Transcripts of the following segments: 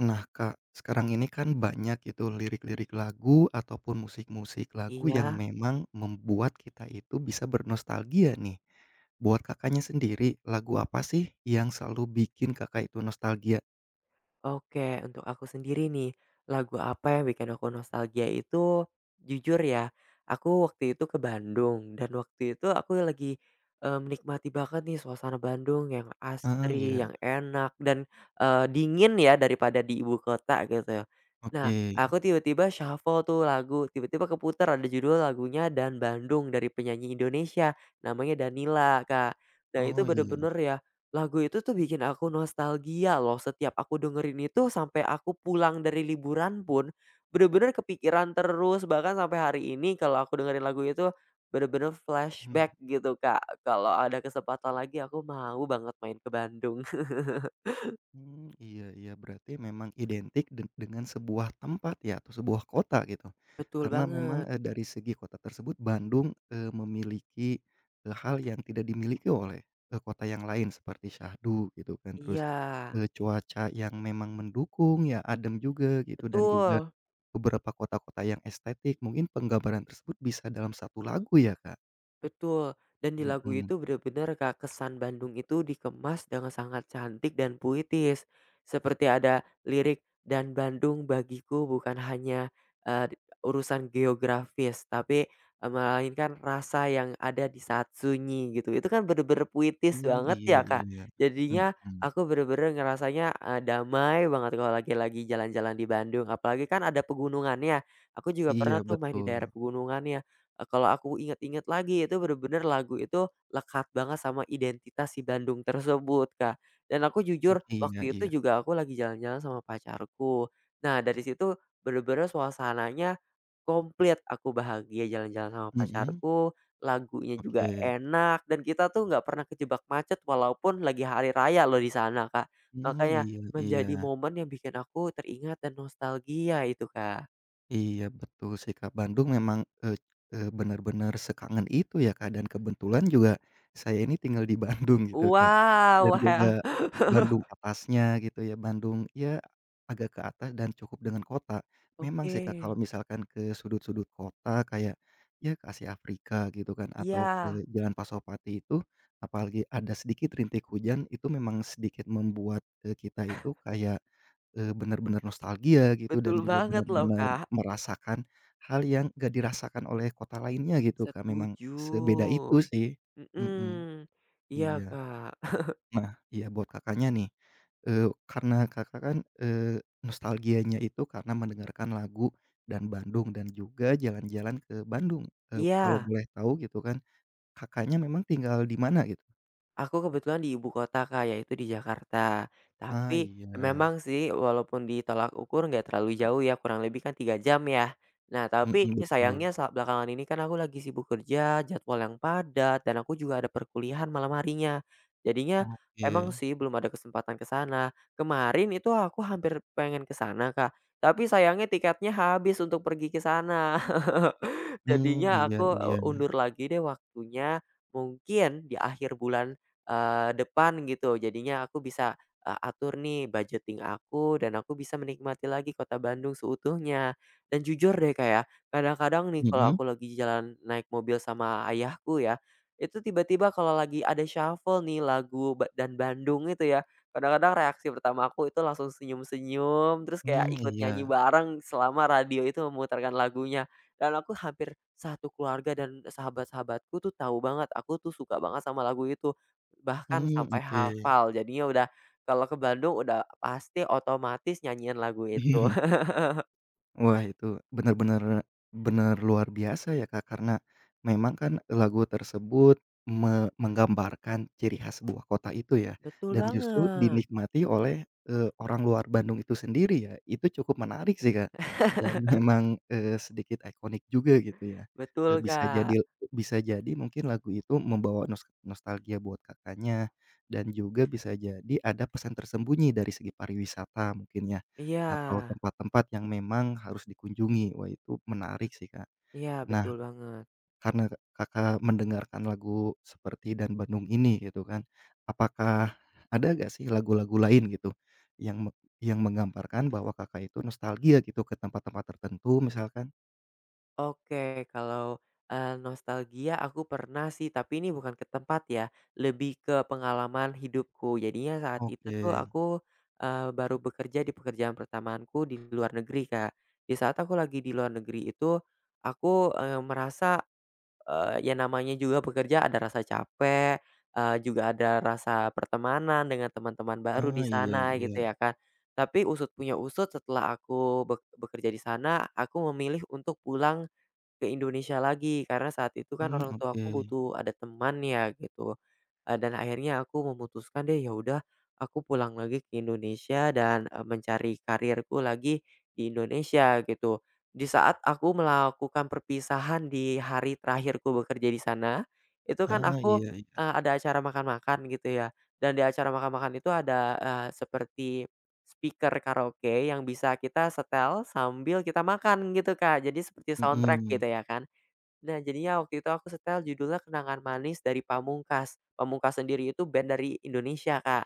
Nah, Kak, sekarang ini kan banyak itu lirik-lirik lagu ataupun musik-musik lagu yang Iya, memang membuat kita itu bisa bernostalgia nih. Buat Kakaknya sendiri, lagu apa sih yang selalu bikin Kakak itu nostalgia? oke. Untuk aku sendiri nih, lagu apa yang bikin aku nostalgia itu, jujur ya, aku waktu itu ke Bandung dan waktu itu aku lagi, menikmati banget nih suasana Bandung yang Ah, asri, iya, yang enak dan, dingin ya daripada di ibu kota gitu. Nah, oke. aku tiba-tiba shuffle tuh lagu, tiba-tiba keputar ada judul lagunya Dan Bandung dari penyanyi Indonesia namanya Danila, Kak. Nah itu Oh, iya. bener-bener ya. Lagu itu tuh bikin aku nostalgia loh, setiap aku dengerin itu sampai aku pulang dari liburan pun, bener-bener kepikiran terus, bahkan sampai hari ini kalau aku dengerin lagu itu, bener-bener Mhm. flashback gitu Kak, kalau ada kesempatan lagi aku mau banget main ke Bandung. Mmm, iya, iya, berarti memang identik dengan sebuah tempat ya atau sebuah kota gitu. Betul Karena memang, banget, dari segi kota tersebut Bandung, memiliki, hal yang tidak dimiliki oleh, kota yang lain seperti syahdu gitu kan, terus, iya, cuaca yang memang mendukung ya, adem juga gitu dan juga betul. beberapa kota-kota yang estetik. Mungkin penggambaran tersebut bisa dalam satu lagu ya, Kak? Betul, dan di lagu Mhm. itu bener-bener Kak, kesan Bandung itu dikemas dengan sangat cantik dan puitis. Seperti ada lirik, "Dan Bandung bagiku bukan hanya, eee, urusan geografis, tapi, melainkan rasa yang ada di saat sunyi," gitu. Itu kan bener-bener puitis Mmm, banget iya, ya, Kak. iya. Jadinya Mhm. aku bener-bener ngerasanya, damai banget kalau lagi-lagi jalan-jalan di Bandung, apalagi kan ada pegunungannya. Aku juga Iya, pernah tuh main di daerah betul. pegunungannya. Kalau aku inget-inget lagi itu bener-bener lagu itu lekat banget sama identitas si Bandung tersebut, Kak. Dan aku jujur Iya, waktu itu iya. juga aku lagi jalan-jalan sama pacarku. Nah dari situ bener-bener suasananya komplit, aku bahagia jalan-jalan sama Mhm? pacarku, lagunya juga Oke, enak dan kita tuh nggak pernah kejebak macet walaupun lagi hari raya loh di sana, Kak. mmm, Makanya iya, iya, menjadi momen yang bikin aku teringat dan nostalgia itu, Kak. iya, betul sih, Kak. Bandung memang, eee eee, benar-benar sekangen itu ya, Kak, dan kebetulan juga saya ini tinggal di Bandung gitu, Kak, dan Wow, juga Bandung atasnya gitu ya, Bandung ya agak ke atas dan cukup dengan kota. Memang oke. sih, Kak, kalau misalkan ke sudut-sudut kota kayak ya ke Asia Afrika gitu kan atau ke Iya, Jalan Pasopati itu, apalagi ada sedikit rintik hujan, itu memang sedikit membuat, kita itu kayak bener-bener nostalgia gitu betul dan juga banget loh, bener-bener Kak. merasakan hal yang nggak dirasakan oleh kota lainnya gitu Kak, memang Setuju. sebeda itu sih. Mhm, Mhm. Iya, iya. Kak. Nah, iya buat Kakaknya nih, eee, karena Kakak kan, eee, nostalgianya itu karena mendengarkan lagu dan Bandung dan juga jalan-jalan ke Bandung. Eee, kalau Iya. boleh tahu gitu kan, Kakaknya memang tinggal di mana gitu? Aku kebetulan di ibu kota, Kak, yaitu di Jakarta. Ah, Tapi iya. memang sih walaupun ditolak ukur nggak terlalu jauh ya, kurang lebih kan 3 jam ya. Nah, Mhm, tapi betul. sayangnya saat belakangan ini kan aku lagi sibuk kerja, jadwal yang padat, dan aku juga ada perkuliahan malam harinya. Jadinya emang Oke. sih belum ada kesempatan ke sana. Kemarin itu aku hampir pengen ke sana, Kak, tapi sayangnya tiketnya habis untuk pergi ke sana. Mmm, Jadinya iya, aku, iya. Undur lagi deh waktunya, mungkin di akhir bulan depan gitu. Jadinya aku bisa, atur nih budgeting aku dan aku bisa menikmati lagi kota Bandung seutuhnya. Dan jujur deh kayak kadang-kadang nih kalau Mhm? aku lagi jalan naik mobil sama ayahku ya, itu tiba-tiba kalau lagi ada shuffle nih lagu dan Bandung itu ya, kadang-kadang reaksi pertama aku itu langsung senyum-senyum, terus kayak Mmm, ikut nyanyi iya. bareng selama radio itu memutarkan lagunya. Dan aku hampir satu keluarga dan sahabat-sahabatku tuh tahu banget, aku tuh suka banget sama lagu itu. Bahkan Mmm, sampai oke. hafal jadinya udah kalau ke Bandung udah pasti otomatis nyanyiin lagu itu. Wah, itu benar-benar benar luar biasa ya, Kak, karena memang kan lagu tersebut menggambarkan ciri khas sebuah kota itu ya, Betul dan ya, justru banget, dinikmati oleh, orang luar Bandung itu sendiri ya, itu cukup menarik sih, Kak, dan memang, sedikit ikonik juga gitu ya, eee, betul bisa jadi Kak. bisa jadi mungkin lagu itu membawa nostalgia buat Kakaknya, dan juga bisa jadi ada pesan tersembunyi dari segi pariwisata mungkin ya. Iya, Atau tempat-tempat yang memang harus dikunjungi. Wah, itu menarik sih, Kak. iya Nah, betul banget. karena Kakak mendengarkan lagu seperti Dan Bandung ini gitu kan, apakah ada gak sih lagu-lagu lain gitu yang me yang menggambarkan bahwa Kakak itu nostalgia gitu ke tempat-tempat tertentu misalkan? Oke kalau, nostalgia aku pernah sih tapi ini bukan ke tempat ya, lebih ke pengalaman hidupku. Jadinya saat itu tuh Oke. aku, baru bekerja di pekerjaan pertamaanku di luar negeri Kak. Di saat aku lagi di luar negeri itu, aku, ya namanya juga bekerja ada rasa capek, juga ada rasa pertemanan dengan teman-teman baru Ah, di iya, sana gitu iya. ya kan. Tapi usut punya usut setelah aku bekerja di sana, aku memilih untuk pulang ke Indonesia lagi, karena saat itu kan Mmm, orang oke. tuaku butuh ada teman ya gitu, dan akhirnya aku memutuskan deh ya udah aku pulang lagi ke Indonesia dan, mencari karirku lagi di Indonesia gitu. Di saat aku melakukan perpisahan di hari terakhirku bekerja di sana, itu kan Ah, aku, iya, iya. Ada acara makan-makan gitu ya dan di acara makan-makan itu ada, seperti speaker karaoke yang bisa kita setel sambil kita makan gitu, Kak. Jadi seperti soundtrack Mhm. gitu ya kan. Nah, jadinya waktu itu aku setel judulnya Kenangan Manis dari Pamungkas. Pamungkas sendiri itu band dari Indonesia, Kak.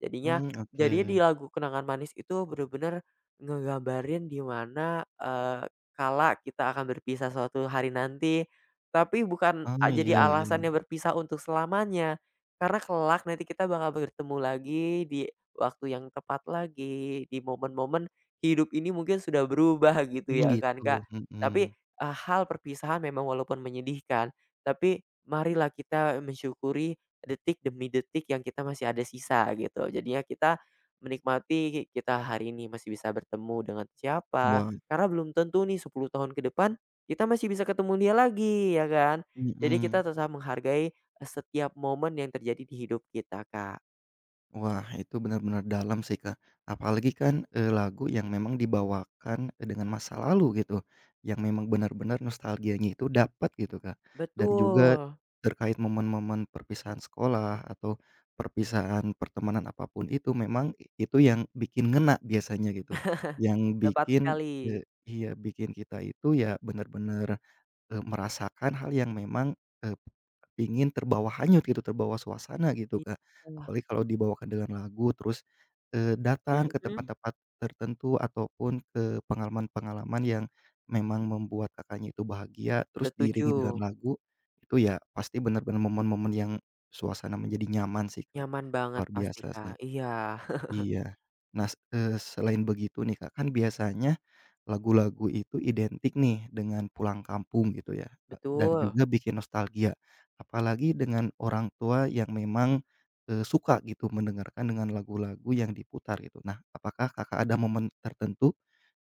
Jadinya Mmm, oke. jadinya di lagu Kenangan Manis itu bener-bener ngegambarin di mana, kala kita akan berpisah suatu hari nanti, tapi bukan Ah, iya, jadi iya. alasannya berpisah untuk selamanya. Karena kelak nanti kita bakal bertemu lagi di waktu yang tepat lagi, di momen-momen hidup ini mungkin sudah berubah gitu Mmm, ya kan, gitu. Kak. Tapi Mhm. Hal perpisahan memang walaupun menyedihkan, tapi marilah kita mensyukuri detik demi detik yang kita masih ada sisa gitu. Jadinya kita menikmati kita hari ini masih bisa bertemu dengan siapa, Wah, karena belum tentu nih 10 tahun ke depan kita masih bisa ketemu dia lagi ya kan. Jadi mhm. kita tetap menghargai, eh, setiap momen yang terjadi di hidup kita, Kak. Wah, itu benar-benar dalam sih, Kak. Apalagi kan, lagu yang memang dibawakan dengan masa lalu gitu, yang memang benar-benar nostalgianya itu dapat gitu, Kak. Dan juga Betul, terkait momen-momen perpisahan sekolah atau perpisahan pertemanan apapun itu, memang itu yang bikin ngena biasanya gitu, yang tepat bikin sekali. eee, iya, bikin kita itu ya benar-benar merasakan hal yang memang, eee, ingin terbawa hanyut gitu, terbawa suasana gitu, Iya, Kak. Apalagi kalau dibawakan dengan lagu terus, datang ke mhm, tempat-tempat tertentu ataupun ke pengalaman-pengalaman yang memang membuat Kakaknya itu bahagia, terus diiringi dengan setuju. lagu, itu ya pasti benar-benar momen-momen yang suasana menjadi nyaman sih, Kak. Nyaman banget Luar pasti, biasa sih. Kak, iya. Iya. Nah, selain begitu nih, Kak, kan biasanya lagu-lagu itu identik nih dengan pulang kampung gitu ya, dan Betul. juga bikin nostalgia. Apalagi dengan orang tua yang memang, suka gitu mendengarkan dengan lagu-lagu yang diputar gitu. Nah, apakah Kakak ada momen tertentu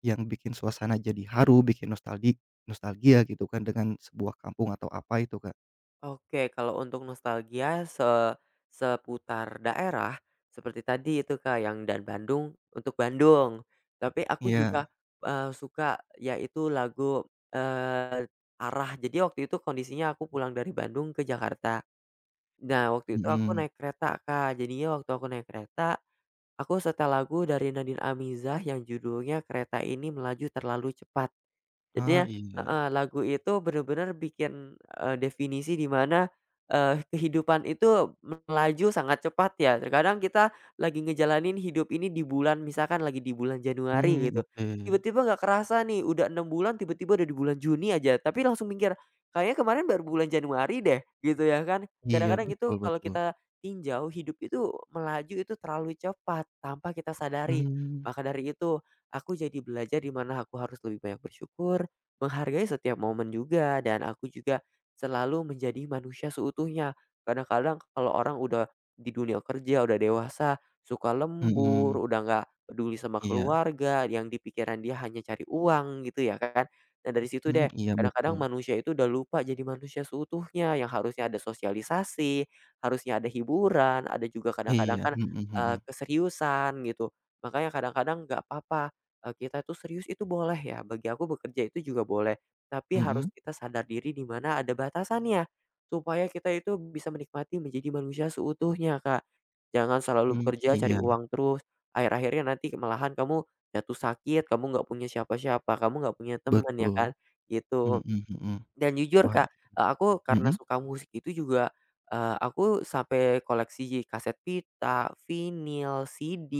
yang bikin suasana jadi haru, bikin nostalgia gitu kan dengan sebuah kampung atau apa itu, Kak? Oke, kalau untuk nostalgia seputar daerah seperti tadi itu Kak, yang dan Bandung untuk Bandung. Tapi aku Iya, juga, suka yaitu lagu, eee, Arah. Jadi waktu itu kondisinya aku pulang dari Bandung ke Jakarta. Nah, waktu itu aku mhm. naik kereta Kak. Jadinya waktu aku naik kereta, aku setel lagu dari Nadin Amizah yang judulnya Kereta Ini Melaju Terlalu Cepat. Ah, Jadinya iya. heeh, lagu itu bener-bener bikin, definisi di mana, kehidupan itu melaju sangat cepat ya. Terkadang kita lagi ngejalanin hidup ini di bulan misalkan lagi di bulan Januari Mmm, gitu, oke. tiba-tiba nggak kerasa nih udah 6 bulan tiba-tiba udah di bulan Juni aja, tapi langsung mikir, "Kayaknya kemarin baru bulan Januari deh," gitu ya kan. Iya, Kadang-kadang itu betul, kalau betul. kita tinjau hidup itu melaju itu terlalu cepat tanpa kita sadari. Mmm. Maka dari itu aku jadi belajar di mana aku harus lebih banyak bersyukur, menghargai setiap momen juga dan aku juga selalu menjadi manusia seutuhnya. Kadang-kadang kalau orang udah di dunia kerja, udah dewasa, suka Mhm, lembur, udah nggak peduli sama iya, keluarga, yang di pikiran dia hanya cari uang gitu ya kan. Nah dari situ mhm, deh, iya, betul, kadang-kadang manusia itu udah lupa jadi manusia seutuhnya yang harusnya ada sosialisasi, harusnya ada hiburan, ada juga kadang-kadang iya, kan, mhm, mhm, keseriusan gitu. Makanya kadang-kadang nggak apa-apa kita itu serius itu boleh ya, bagi aku bekerja itu juga boleh. Tapi harus mhm, kita sadar diri di mana ada batasannya, supaya kita itu bisa menikmati menjadi manusia seutuhnya, Kak. Jangan selalu mhm, bekerja iya, cari uang terus, akhir-akhirnya nanti malahan kamu jatuh sakit, kamu nggak punya siapa-siapa, kamu nggak punya teman ya betul, kan, mhm, gitu. mhm, Dan jujur, wah, Kak, aku karena mhm? suka musik itu juga, aku sampai koleksi kaset pita, vinil, CD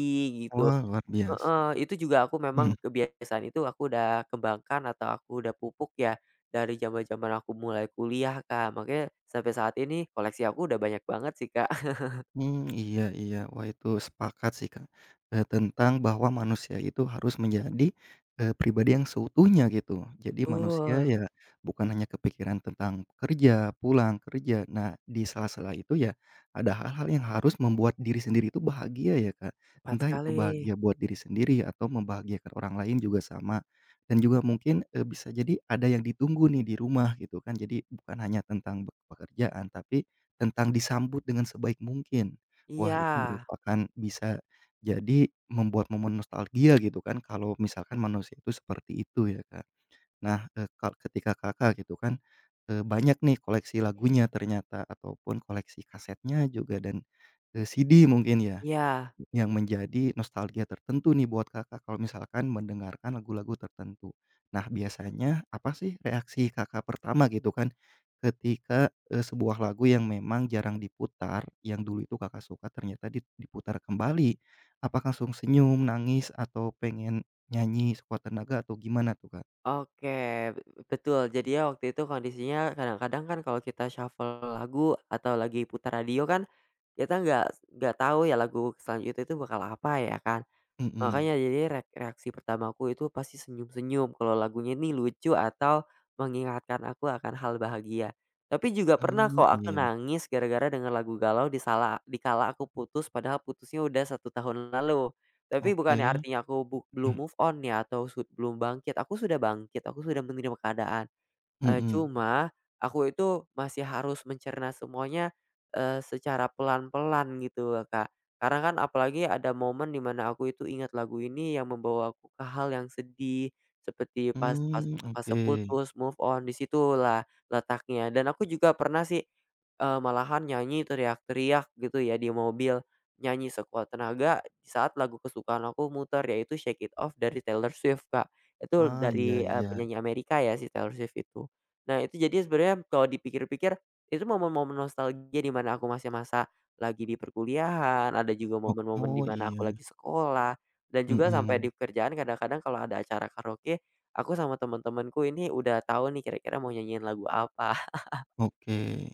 gitu. Wah, luar biasa. Heeh, itu juga aku memang kebiasaan itu aku udah kembangkan atau aku udah pupuk ya dari zaman-zaman aku mulai kuliah, Kak. Makanya sampai saat ini koleksi aku udah banyak banget sih, Kak. Mmm, iya, iya. Wah, itu sepakat sih, Kak, tentang bahwa manusia itu harus menjadi, pribadi yang seutuhnya gitu. Jadi manusia Betul, ya bukan hanya kepikiran tentang kerja, pulang kerja. Nah, di sela-sela itu ya ada hal-hal yang harus membuat diri sendiri itu bahagia ya, Kak. tepat Entah itu bahagia sekali. buat diri sendiri atau membahagiakan orang lain juga sama. Dan juga mungkin, bisa jadi ada yang ditunggu nih di rumah gitu kan. Jadi bukan hanya tentang pekerjaan, tapi tentang disambut dengan sebaik mungkin. Wah, Iya itu merupakan bisa jadi membuat momen nostalgia gitu kan kalau misalkan manusia itu seperti itu ya, Kak. Nah, ketika Kakak gitu kan, banyak nih koleksi lagunya ternyata ataupun koleksi kasetnya juga dan, CD mungkin ya? iya, Yang menjadi nostalgia tertentu nih buat Kakak kalau misalkan mendengarkan lagu-lagu tertentu. Nah, biasanya apa sih reaksi Kakak pertama gitu kan, ketika, sebuah lagu yang memang jarang diputar, yang dulu itu Kakak suka ternyata diputar kembali? Apakah langsung senyum, nangis, atau pengen nyanyi sekuat tenaga atau gimana tuh, Kak? oke, be- betul. Jadinya waktu itu kondisinya kadang-kadang kan kalau kita shuffle lagu atau lagi putar radio kan, kita nggak tahu ya lagu selanjutnya itu bakal apa ya kan. Mhm. Makanya jadi reaksi pertamaku itu pasti senyum-senyum kalau lagunya ini lucu atau mengingatkan aku akan hal bahagia. Tapi juga pernah Mmm, kok aku iya. nangis gara-gara denger lagu galau di dikala aku putus padahal putusnya udah satu tahun lalu. Tapi Oke. bukannya artinya aku Mhm, belum move on ya atau belum bangkit, aku sudah bangkit, aku sudah menerima keadaan. Eee, mhm. cuma aku itu masih harus mencerna semuanya, secara pelan-pelan gitu loh, Kak. Karena kan apalagi ada momen dimana aku itu ingat lagu ini yang membawa aku ke hal yang sedih, seperti pas pas Mmm, fase oke. putus, move on, disitulah letaknya. Dan aku juga pernah sih, malahan nyanyi teriak-teriak gitu ya di mobil, nyanyi sekuat tenaga di saat lagu kesukaan aku muter, yaitu Shake It Off dari Taylor Swift, Kak. Itu Ah, iya, dari, iya. penyanyi Amerika ya si Taylor Swift itu. Nah, itu jadi sebenarnya kalau dipikir-pikir, itu momen-momen nostalgia di mana aku masih masa lagi di perkuliahan, ada juga Ok momen-momen di oh, mana iya. aku lagi sekolah, dan juga sampai Mhm. di kerjaan kadang-kadang kalau ada acara karaoke, aku sama teman-temanku ini udah tahu nih kira-kira mau nyanyiin lagu apa. Oke.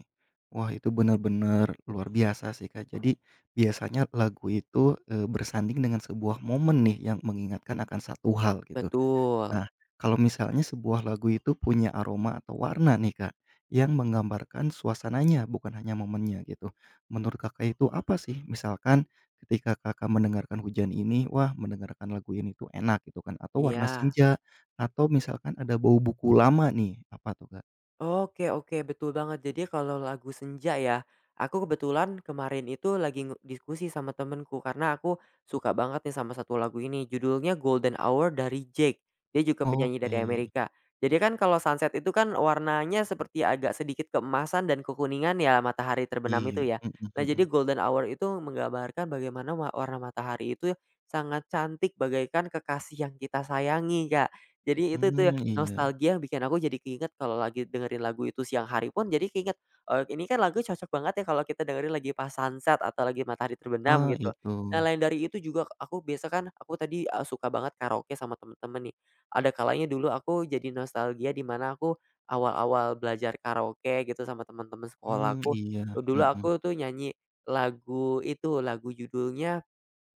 Wah, itu benar-benar luar biasa sih, Kak. Jadi biasanya lagu itu, bersanding dengan sebuah momen nih yang mengingatkan akan satu hal gitu. Betul, Nah, kalau misalnya sebuah lagu itu punya aroma atau warna nih, Kak, yang menggambarkan suasananya bukan hanya momennya gitu. Menurut Kakak itu apa sih? Misalkan ketika Kakak mendengarkan hujan ini, wah, mendengarkan lagu ini tuh enak gitu kan, atau warna iya. senja, atau misalkan ada bau buku lama nih, apa tuh, Kak? Oke oke, betul banget. Jadi kalau lagu Senja ya, aku kebetulan kemarin itu lagi diskusi sama temenku karena aku suka banget nih sama satu lagu ini, judulnya Golden Hour dari Jake. Dia juga penyanyi Oke. dari Amerika. Jadi kan kalau sunset itu kan warnanya seperti agak sedikit keemasan dan kekuningan ya matahari terbenam itu Iya, ya. mhm, Nah, mhm. jadi golden hour itu menggambarkan bagaimana warna matahari itu sangat cantik bagaikan kekasih yang kita sayangi, Kak. Jadi itu tuh Mmm, iya. nostalgia yang bikin aku jadi keinget kalau lagi dengerin lagu itu siang hari pun jadi keinget, ini kan lagu cocok banget ya kalau kita dengerin lagi pas sunset atau lagi matahari terbenam Oh, gitu. itu. Nah lain dari itu juga aku biasa kan aku tadi, suka banget karaoke sama temen-temen nih. Ada kalanya dulu aku jadi nostalgia di mana aku awal-awal belajar karaoke gitu sama temen-temen Mmm, sekolahku. iya, Dulu mhm. aku tuh nyanyi lagu itu, lagu judulnya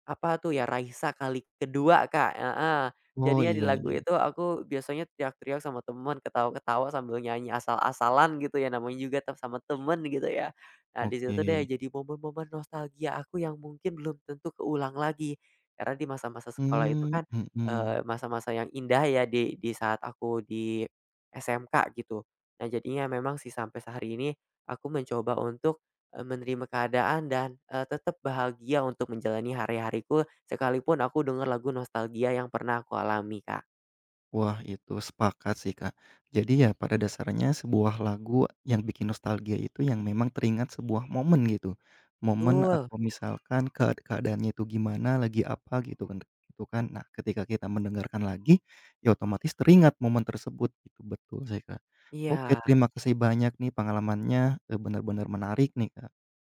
apa tuh ya, Raisa kali kedua Kak, heeh. Oh, Jadinya di iya, lagu iya. itu aku biasanya teriak-teriak sama temen, ketawa-ketawa sambil nyanyi asal-asalan gitu ya, namanya juga sama temen gitu ya. Nah, di Oke. situ deh jadi momen-momen nostalgia aku yang mungkin belum tentu keulang lagi. Karena di masa-masa sekolah itu Mmm, kan, mhm. Masa-masa yang indah ya di saat aku di SMK gitu. Nah, jadinya memang sih sampai sehari ini aku mencoba untuk menerima keadaan dan, tetap bahagia untuk menjalani hari-hariku sekalipun aku dengar lagu nostalgia yang pernah aku alami, Kak. Wah, itu sepakat sih, Kak. Jadi ya pada dasarnya sebuah lagu yang bikin nostalgia itu yang memang teringat sebuah momen gitu. Momen Betul, atau misalkan keadaannya itu gimana, lagi apa gitu kan gitu kan. Nah, ketika kita mendengarkan lagi, ya otomatis teringat momen tersebut. Itu betul sih, Kak. Oke, iya. terima kasih banyak nih pengalamannya, benar-benar menarik nih, Kak.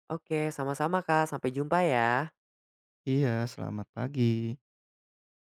Oke, sama-sama, Kak, sampai jumpa ya. Iya, selamat pagi.